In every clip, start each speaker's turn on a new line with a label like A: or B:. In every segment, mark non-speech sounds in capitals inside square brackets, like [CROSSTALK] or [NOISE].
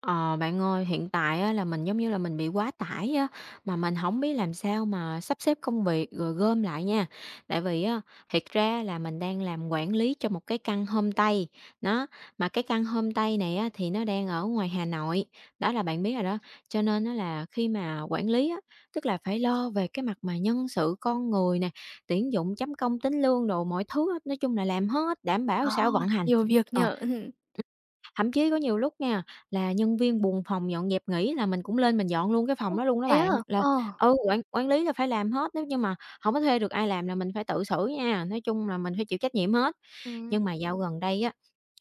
A: Ờ, Bạn ơi, hiện tại á, là mình giống như là mình bị quá tải á, mà mình không biết làm sao mà sắp xếp công việc rồi gom lại nha. Tại vì á, thiệt ra là mình đang làm quản lý cho một cái căn homestay, nó mà cái căn homestay này á, thì nó đang ở ngoài Hà Nội, đó là bạn biết rồi đó. Cho nên nó là khi mà quản lý á, tức là phải lo về cái mặt mà nhân sự, con người nè, tuyển dụng, chấm công, tính lương đồ mọi thứ á, nói chung là làm hết, đảm bảo
B: Ờ,
A: sao vận hành.
B: nhiều việc
A: Ờ,
B: nhở? Ừm.
A: Thậm chí có nhiều lúc nha, là nhân viên buồng phòng dọn dẹp nghỉ là mình cũng lên mình dọn luôn cái
B: Ô,
A: phòng đó luôn đó
B: thế à?
A: bạn,
B: Ờ.
A: quản quản lý là phải làm hết, nếu như mà không có thuê được ai làm là mình phải tự xử nha, nói chung là mình phải chịu trách nhiệm hết. Nhưng mà dạo gần đây á,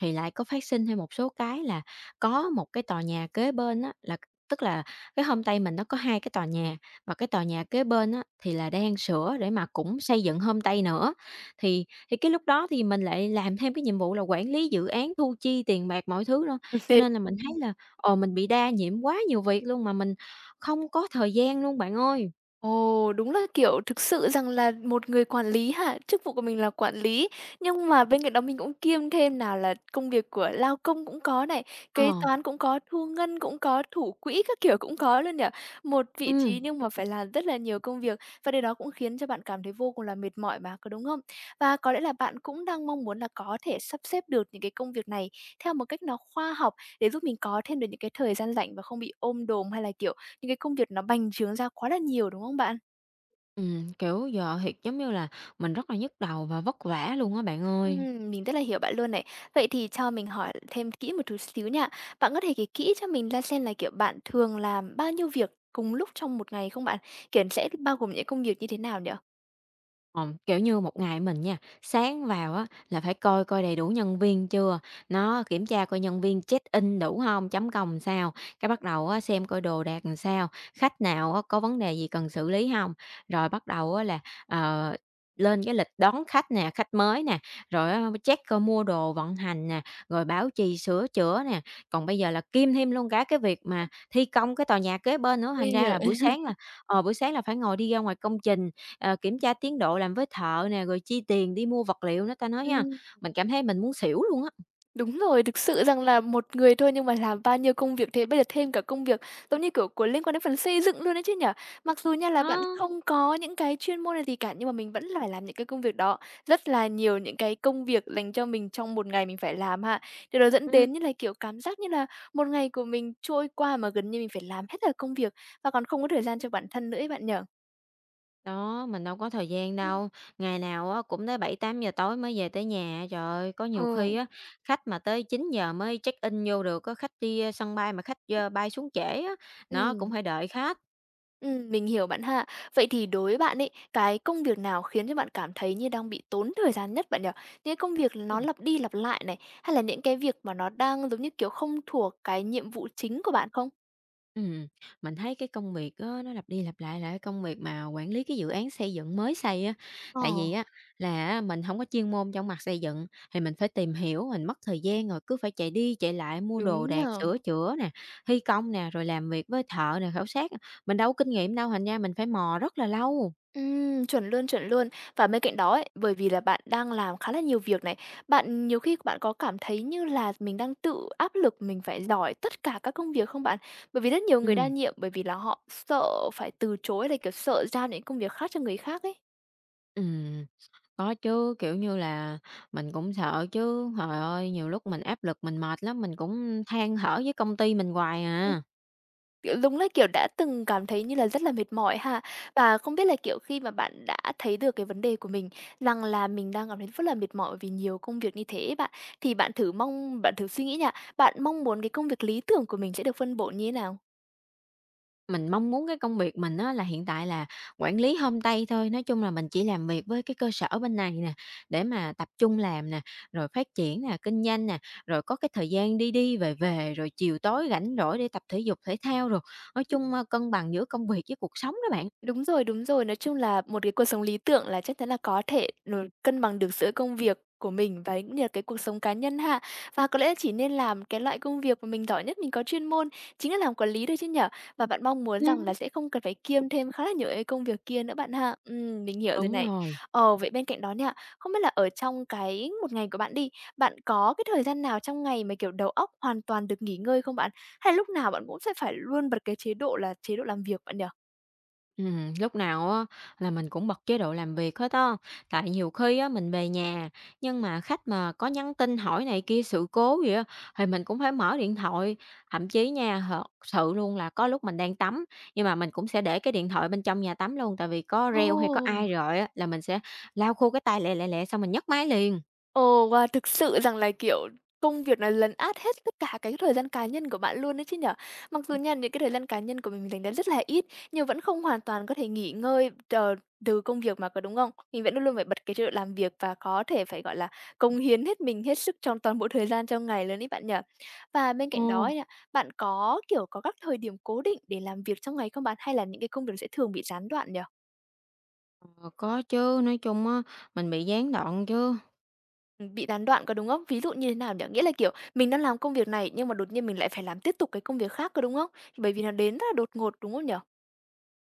A: thì lại có phát sinh thêm một số cái là có một cái tòa nhà kế bên á, là tức là cái homestay mình nó có 2 cái tòa nhà, và cái tòa nhà kế bên á, thì là đang sửa để mà cũng xây dựng homestay nữa. Thì thì cái lúc đó thì mình lại làm thêm cái nhiệm vụ là quản lý dự án, thu chi tiền bạc mọi thứ luôn,
B: Ừm.
A: cho nên là mình thấy là, ồ mình bị đa nhiệm quá nhiều việc luôn mà mình không có thời gian luôn bạn ơi.
B: Ồ, đúng là, kiểu, thực sự rằng là một người quản lý ha, chức vụ của mình là quản lý, nhưng mà bên cạnh đó mình cũng kiêm thêm nào là công việc của lao công cũng có này,
A: Ờ,
B: kế toán cũng có, thu ngân cũng có, thủ quỹ các kiểu cũng có luôn nhỉ? Một vị trí
A: Ừm.
B: nhưng mà phải làm rất là nhiều công việc, và điều đó cũng khiến cho bạn cảm thấy vô cùng là mệt mỏi mà, có đúng không? Và có lẽ là bạn cũng đang mong muốn là có thể sắp xếp được những cái công việc này theo một cách nó khoa học, để giúp mình có thêm được những cái thời gian rảnh và không bị ôm đồm, hay là, kiểu, những cái công việc nó bành trướng ra quá là nhiều, đúng không bạn?
A: Kiểu, giờ thiệt giống như là mình rất là nhức đầu và vất vả luôn á bạn ơi.
B: Mình rất là hiểu bạn luôn này. Vậy thì cho mình hỏi thêm kỹ một chút xíu nha. Bạn có thể kể kỹ cho mình ra xem là, kiểu, bạn thường làm bao nhiêu việc cùng lúc trong một ngày không bạn? Kiểu, sẽ bao gồm những công việc như thế nào nhở?
A: Kiểu như, một ngày mình nha, sáng vào á là phải coi coi đầy đủ nhân viên chưa, nó kiểm tra coi nhân viên check-in đủ không, chấm công sao, cái bắt đầu á xem coi đồ đạc làm sao, khách nào á có vấn đề gì cần xử lý không, rồi bắt đầu á là, ờ, lên cái lịch đón khách nè, khách mới nè, rồi á check coi mua đồ vận hành nè, rồi bảo trì sửa chữa nè. Còn bây giờ là kiêm thêm luôn cả cái việc mà thi công cái tòa nhà kế bên nữa,
B: Ôi
A: thành ra là buổi
B: giời!
A: sáng là, ờ, buổi sáng là phải ngồi đi ra ngoài công trình, kiểm tra tiến độ làm với thợ nè, rồi chi tiền đi mua vật liệu nữa ta nói ha.
B: Ừm.
A: Mình cảm thấy mình muốn xỉu luôn á.
B: Đúng rồi, thực sự rằng là một người thôi nhưng mà làm bao nhiêu công việc thế, bây giờ thêm cả công việc, giống như kiểu, của liên quan đến phần xây dựng luôn đấy chứ nhở? Mặc dù nha là bạn
A: Đó,
B: không có những cái chuyên môn này gì cả, nhưng mà mình vẫn là phải làm những cái công việc đó, rất là nhiều những cái công việc dành cho mình trong một ngày mình phải làm ha. Điều đó dẫn
A: ừm,
B: đến như là, kiểu, cảm giác như là một ngày của mình trôi qua mà gần như mình phải làm hết cả công việc, và còn không có thời gian cho bản thân nữa ấy bạn nhở?
A: đó, Mình đâu có thời gian
B: Ừ,
A: đâu. Ngày nào á cũng tới 7-8 giờ tối mới về tới nhà. Trời ơi, có nhiều khi
B: ừ.
A: á, khách mà tới 9 giờ mới check-in vô được á, khách đi, sân bay mà khách, bay xuống trễ á, nó cũng
B: Ừm.
A: phải đợi khách.
B: Mình hiểu bạn ha. Vậy thì đối với bạn ấy, cái công việc nào khiến cho bạn cảm thấy như đang bị tốn thời gian nhất bạn nhỉ? Những cái công việc nó lặp đi lặp lại này, hay là những cái việc mà nó đang, giống như kiểu, không thuộc cái nhiệm vụ chính của bạn không?
A: Ừm, mình thấy cái công việc á, nó lặp đi lặp lại là cái công việc mà quản lý cái dự án xây dựng mới xây á.
B: Ờ,
A: Tại vì á là á, Mình không có chuyên môn trong mặt xây dựng, thì mình phải tìm hiểu, mình mất thời gian rồi cứ phải chạy đi chạy lại mua đồ
B: đúng
A: đạc,
B: nhỉ.
A: sửa chữa nè, thi công nè, rồi làm việc với thợ nè, khảo sát. Mình đâu có kinh nghiệm đâu, thành ra mình phải mò rất là lâu.
B: Chuẩn luôn, chuẩn luôn. Và bên cạnh đó ấy, bởi vì là bạn đang làm khá là nhiều việc này, bạn nhiều khi bạn có cảm thấy như là mình đang tự áp lực mình phải giỏi tất cả các công việc không bạn? Bởi vì rất nhiều người đa
A: Ừm,
B: nhiệm, bởi vì là họ sợ phải từ chối, là, kiểu, sợ giao những công việc khác cho người khác ấy.
A: ừm, có chứ, kiểu như là, mình cũng sợ chứ. Trời ơi, nhiều lúc mình áp lực, mình mệt lắm, mình cũng than thở với công ty mình hoài
B: Ừm.
A: à.
B: Kiểu, đúng là, kiểu, đã từng cảm thấy như là rất là mệt mỏi ha. Và không biết là, kiểu, khi mà bạn đã thấy được cái vấn đề của mình, rằng là mình đang cảm thấy rất là mệt mỏi vì nhiều công việc như thế ấy bạn, thì bạn thử mong bạn thử suy nghĩ nha, bạn mong muốn cái công việc lý tưởng của mình sẽ được phân bổ như thế nào?
A: Mình mong muốn cái công việc mình á là hiện tại là quản lý homestay thôi, nói chung là mình chỉ làm việc với cái cơ sở bên này nè, để mà tập trung làm nè, rồi phát triển nè, kinh doanh nè, rồi có cái thời gian đi đi về về, rồi chiều tối rảnh rỗi để tập thể dục thể thao rồi nói chung, cân bằng giữa công việc với cuộc sống đó bạn.
B: Đúng rồi, đúng rồi. Nói chung là một cái cuộc sống lý tưởng là chắc chắn là có thể nó cân bằng được giữa công việc của mình và cũng như là cái cuộc sống cá nhân ha. Và có lẽ chỉ nên làm cái loại công việc mà mình giỏi nhất, mình có chuyên môn, chính là làm quản lý thôi chứ nhở? Và bạn mong muốn rằng
A: Ừm,
B: là sẽ không cần phải kiêm thêm khá là nhiều cái công việc kia nữa bạn ha. Mình hiểu rồi
A: Đúng
B: này.
A: rồi.
B: Ờ, vậy bên cạnh đó nha, không biết là ở trong cái một ngày của bạn đi, bạn có cái thời gian nào trong ngày mà, kiểu, đầu óc hoàn toàn được nghỉ ngơi không bạn? Hay lúc nào bạn cũng sẽ phải luôn bật cái chế độ là chế độ làm việc bạn nhở?
A: Lúc nào á là mình cũng bật chế độ làm việc hết á, tại nhiều khi á mình về nhà, nhưng mà khách mà có nhắn tin hỏi này kia sự cố gì á, thì mình cũng phải mở điện thoại. Thậm chí nha, thật sự luôn là có lúc mình đang tắm, nhưng mà mình cũng sẽ để cái điện thoại bên trong nhà tắm luôn, tại vì có reo hay có
B: Ồ!
A: ai rồi á là mình sẽ lau khô cái tay lẹ, lẹ, lẹ xong mình nhấc máy liền.
B: Ồ, wow, thực sự rằng là, kiểu, công việc nó lấn át hết tất cả cái thời gian cá nhân của bạn luôn đấy chứ nhở? Mặc dù nha, những cái thời gian cá nhân của mình dành ra rất là ít, nhưng vẫn không hoàn toàn có thể nghỉ ngơi từ công việc mà, có đúng không? Mình vẫn luôn luôn phải bật cái chế độ làm việc và có thể phải, gọi là, cống hiến hết mình, hết sức trong toàn bộ thời gian trong ngày luôn ấy bạn nhở? Và bên
A: Ồ.
B: cạnh đó ấy nha, bạn có, kiểu, có các thời điểm cố định để làm việc trong ngày không bạn? Hay là những cái công việc sẽ thường bị gián đoạn nhỉ?
A: Ờ, có chứ, nói chung á, mình bị gián đoạn chứ.
B: Bị gián đoạn, có đúng không? Ví dụ như thế nào nhỉ? Nghĩa là, kiểu, mình đang làm công việc này nhưng mà đột nhiên mình lại phải làm tiếp tục cái công việc khác, có đúng không? Bởi vì nó đến rất là đột ngột, đúng không nhỉ?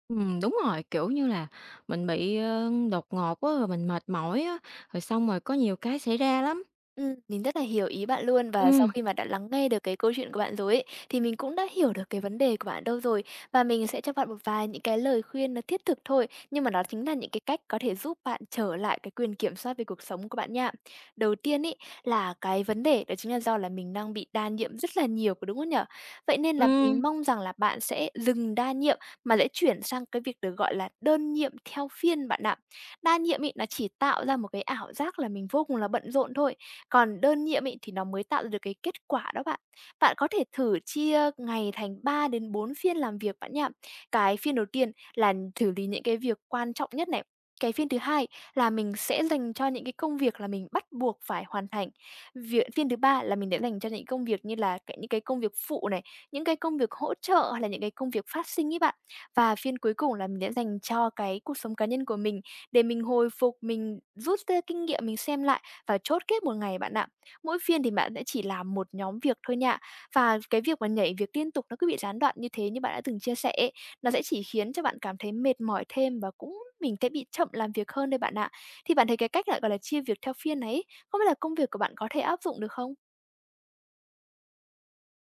A: Đúng rồi, kiểu như là, mình bị, đột ngột á, rồi mình mệt mỏi á, rồi xong rồi có nhiều cái xảy ra lắm.
B: Mình rất là hiểu ý bạn luôn, và sau
A: Ừm,
B: khi mà đã lắng nghe được cái câu chuyện của bạn rồi ấy, thì mình cũng đã hiểu được cái vấn đề của bạn đâu rồi. Và mình sẽ cho bạn một vài những cái lời khuyên nó thiết thực thôi, nhưng mà đó chính là những cái cách có thể giúp bạn trở lại cái quyền kiểm soát về cuộc sống của bạn nha. Đầu tiên ấy, là cái vấn đề đó chính là do là mình đang bị đa nhiệm rất là nhiều, có đúng không nhở? Vậy nên là mình
A: Ừm.
B: mong rằng là bạn sẽ dừng đa nhiệm mà sẽ chuyển sang cái việc được gọi là đơn nhiệm theo phiên bạn ạ. Đa nhiệm ấy nó chỉ tạo ra một cái ảo giác là mình vô cùng là bận rộn thôi, còn đơn nhiệm ấy thì nó mới tạo ra được cái kết quả đó bạn. Bạn có thể thử chia ngày thành 3 đến 4 phiên làm việc bạn nha. Cái phiên đầu tiên là xử lý những cái việc quan trọng nhất này. Cái phiên thứ hai là mình sẽ dành cho những cái công việc là mình bắt buộc phải hoàn thành. Việc phiên thứ ba là mình sẽ dành cho những công việc như là cái, những cái công việc phụ này, những cái công việc hỗ trợ hay là những cái công việc phát sinh ấy bạn. Và phiên cuối cùng là mình sẽ dành cho cái cuộc sống cá nhân của mình, để mình hồi phục, mình rút ra kinh nghiệm, mình xem lại và chốt kết một ngày bạn ạ. Mỗi phiên thì bạn sẽ chỉ làm một nhóm việc thôi nha. Và cái việc mà nhảy việc liên tục, nó cứ bị gián đoạn như thế như bạn đã từng chia sẻ ấy, nó sẽ chỉ khiến cho bạn cảm thấy mệt mỏi thêm, và cũng mình sẽ bị chậm làm việc hơn đây bạn ạ. Thì bạn thấy cái cách lại, gọi là, chia việc theo phiên này ấy, không biết là công việc của bạn có thể áp dụng được không?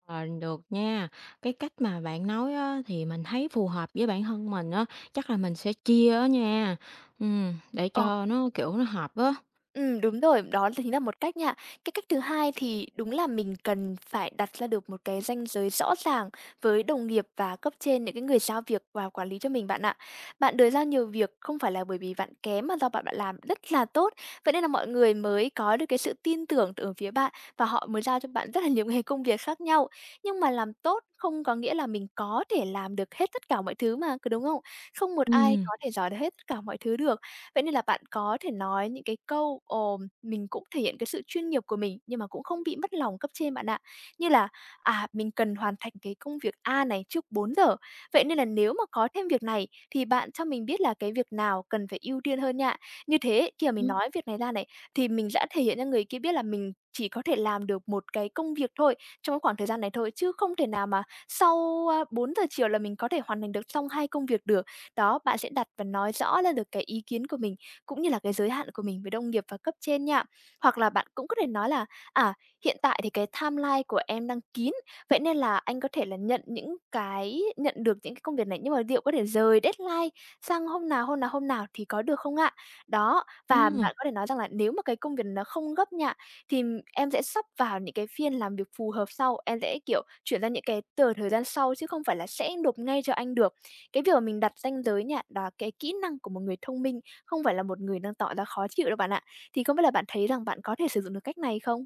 A: Ờ, Được nha. Cái cách mà bạn nói á, thì mình thấy phù hợp với bản thân mình á, chắc là mình sẽ chia á nha, để
B: Ờ.
A: cho nó, kiểu, nó hợp á.
B: Đúng rồi, đó chính là một cách nha. Cái cách thứ hai thì đúng là mình cần phải đặt ra được một cái ranh giới rõ ràng với đồng nghiệp và cấp trên, những cái người giao việc và quản lý cho mình bạn ạ. Bạn đưa ra nhiều việc không phải là bởi vì bạn kém, mà do bạn bạn làm rất là tốt, vậy nên là mọi người mới có được cái sự tin tưởng từ phía bạn và họ mới giao cho bạn rất là nhiều [LAUGHS] cái công việc khác nhau. Nhưng mà làm tốt không có nghĩa là mình có thể làm được hết tất cả mọi thứ mà, cứ đúng không? Không một ai
A: Ừm.
B: có thể giỏi được hết tất cả mọi thứ được. Vậy nên là bạn có thể nói những cái câu, ồ, mình cũng thể hiện cái sự chuyên nghiệp của mình, nhưng mà cũng không bị mất lòng cấp trên bạn ạ. Như là, à, mình cần hoàn thành cái công việc A này trước 4 giờ, vậy nên là nếu mà có thêm việc này thì bạn cho mình biết là cái việc nào cần phải ưu tiên hơn nha. Như thế khi mà mình
A: Ừm,
B: nói việc này ra này, thì mình đã thể hiện cho người kia biết là mình chỉ có thể làm được một cái công việc thôi, trong cái khoảng thời gian này thôi, chứ không thể nào mà sau, à, 4 giờ chiều là mình có thể hoàn thành được xong 2 công việc được. Đó, bạn sẽ đặt và nói rõ ra được cái ý kiến của mình, cũng như là cái giới hạn của mình với đồng nghiệp và cấp trên nha. Hoặc là bạn cũng có thể nói là, à, hiện tại thì cái timeline của em đang kín, vậy nên là anh có thể là nhận được những cái công việc này, nhưng mà liệu có thể dời deadline sang hôm nào thì có được không ạ? Đó, và
A: ừm.
B: bạn có thể nói rằng là nếu mà cái công việc nó không gấp nha, thì em sẽ sắp vào những cái phiên làm việc phù hợp sau, em sẽ, kiểu, chuyển ra những cái tờ thời gian sau chứ không phải là sẽ nộp ngay cho anh được. Cái việc mà mình đặt ranh giới nha, đó là cái kỹ năng của một người thông minh, không phải là một người đang tỏ ra khó chịu đâu bạn ạ. Thì không biết là bạn thấy rằng bạn có thể sử dụng được cách này không?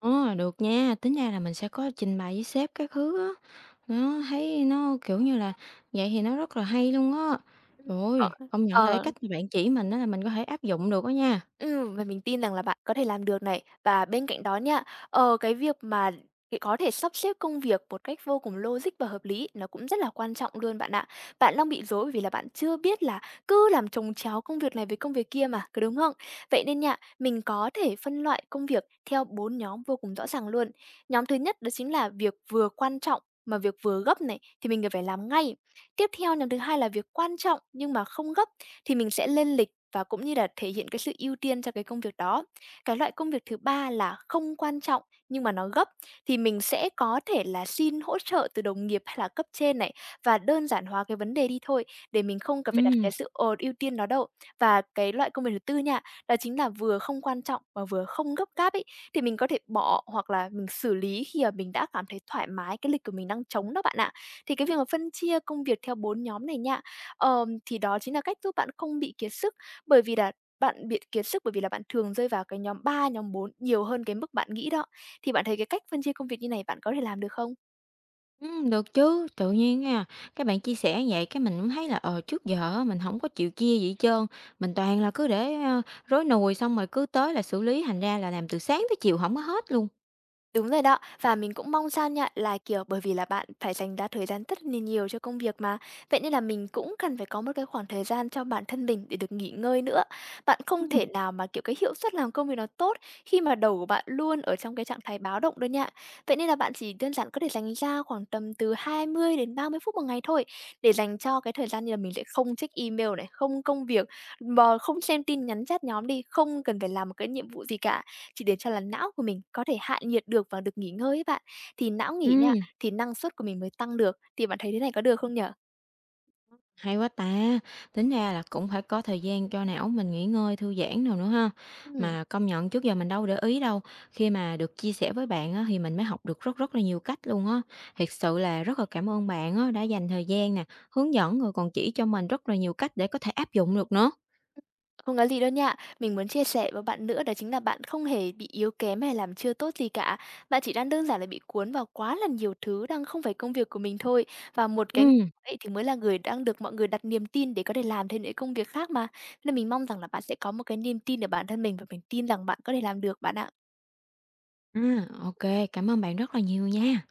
A: Ờ, được nha, tính ra là mình sẽ có trình bày với sếp các thứ á. Nó thấy nó, kiểu như là, vậy thì nó rất là hay luôn á.
B: Ừm. Ờ.
A: Rồi công nhận là cái
B: Ờ.
A: cách mà bạn chỉ mình đó là mình có thể áp dụng được á nha.
B: Và mình tin rằng là bạn có thể làm được này. Và bên cạnh đó nha, cái việc mà cái có thể sắp xếp công việc một cách vô cùng logic và hợp lý, nó cũng rất là quan trọng luôn bạn ạ. Bạn đang bị rối vì là bạn chưa biết là cứ làm chồng chéo công việc này với công việc kia mà, cứ đúng không? Vậy nên nha, mình có thể phân loại công việc theo 4 nhóm vô cùng rõ ràng luôn. Nhóm thứ nhất đó chính là việc vừa quan trọng mà việc vừa gấp này thì mình cần phải làm ngay. Tiếp theo, nhóm thứ hai là việc quan trọng nhưng mà không gấp thì mình sẽ lên lịch và cũng như là thể hiện cái sự ưu tiên cho cái công việc đó. Cái loại công việc thứ ba là không quan trọng nhưng mà nó gấp thì mình sẽ có thể là xin hỗ trợ từ đồng nghiệp hay là cấp trên này và đơn giản hóa cái vấn đề đi thôi để mình không cần phải đặt cái
A: Ừm,
B: sự ưu tiên đó đâu. Và cái loại công việc thứ tư nha, đó chính là vừa không quan trọng và vừa không gấp gáp ấy thì mình có thể bỏ hoặc là mình xử lý khi mà mình đã cảm thấy thoải mái cái lịch của mình đang trống đó bạn ạ. Thì cái việc mà phân chia công việc theo bốn nhóm này nha, thì đó chính là cách giúp bạn không bị kiệt sức, bởi vì là bạn bị kiệt sức bởi vì là bạn thường rơi vào cái nhóm ba, nhóm 4 nhiều hơn cái mức bạn nghĩ đó. Thì bạn thấy cái cách phân chia công việc như này bạn có thể làm được không?
A: Được chứ, tự nhiên nha, các bạn chia sẻ vậy cái mình cũng thấy là, trước giờ á mình không có chịu chia gì hết trơn, mình toàn là cứ để, rối nùi xong rồi cứ tới là xử lý, thành ra là làm từ sáng tới chiều không có hết luôn.
B: Đúng rồi đó, và mình cũng mong sao nha là, kiểu, bởi vì là bạn phải dành ra thời gian rất là nhiều cho công việc mà, vậy nên là mình cũng cần phải có một cái khoảng thời gian cho bản thân mình để được nghỉ ngơi nữa. Bạn không
A: Ừm.
B: thể nào mà, kiểu, cái hiệu suất làm công việc nó tốt khi mà đầu của bạn luôn ở trong cái trạng thái báo động đâu nha. Vậy nên là bạn chỉ đơn giản có thể dành ra khoảng tầm từ 20 đến 30 phút một ngày thôi, để dành cho cái thời gian như là mình sẽ không check email này, không công việc, mà không xem tin nhắn chat nhóm đi, không cần phải làm một cái nhiệm vụ gì cả. Chỉ để cho là não của mình có thể hạ nhiệt được và được nghỉ ngơi ấy bạn. Thì não nghỉ
A: Ừm.
B: nha, thì năng suất của mình mới tăng được. Thì bạn thấy thế này có được không nhở?
A: Hay quá ta, tính ra là cũng phải có thời gian cho não mình nghỉ ngơi, thư giãn nào nữa ha.
B: Ừm,
A: Mà công nhận trước giờ mình đâu để ý đâu, khi mà được chia sẻ với bạn á, thì mình mới học được rất rất là nhiều cách luôn á. Thiệt sự là rất là cảm ơn bạn á, đã dành thời gian nè, hướng dẫn rồi còn chỉ cho mình rất là nhiều cách để có thể áp dụng được nữa.
B: không có gì đâu nha. Mình muốn chia sẻ với bạn nữa đó chính là bạn không hề bị yếu kém hay làm chưa tốt gì cả. Bạn chỉ đang đơn giản là bị cuốn vào quá là nhiều thứ đang không phải công việc của mình thôi. Và một cái
A: Ừ,
B: ấy thì mới là người đang được mọi người đặt niềm tin để có thể làm thêm những công việc khác mà. Nên mình mong rằng là bạn sẽ có một cái niềm tin ở bản thân mình và mình tin rằng bạn có thể làm được bạn ạ.
A: à, ok, cảm ơn bạn rất là nhiều nha.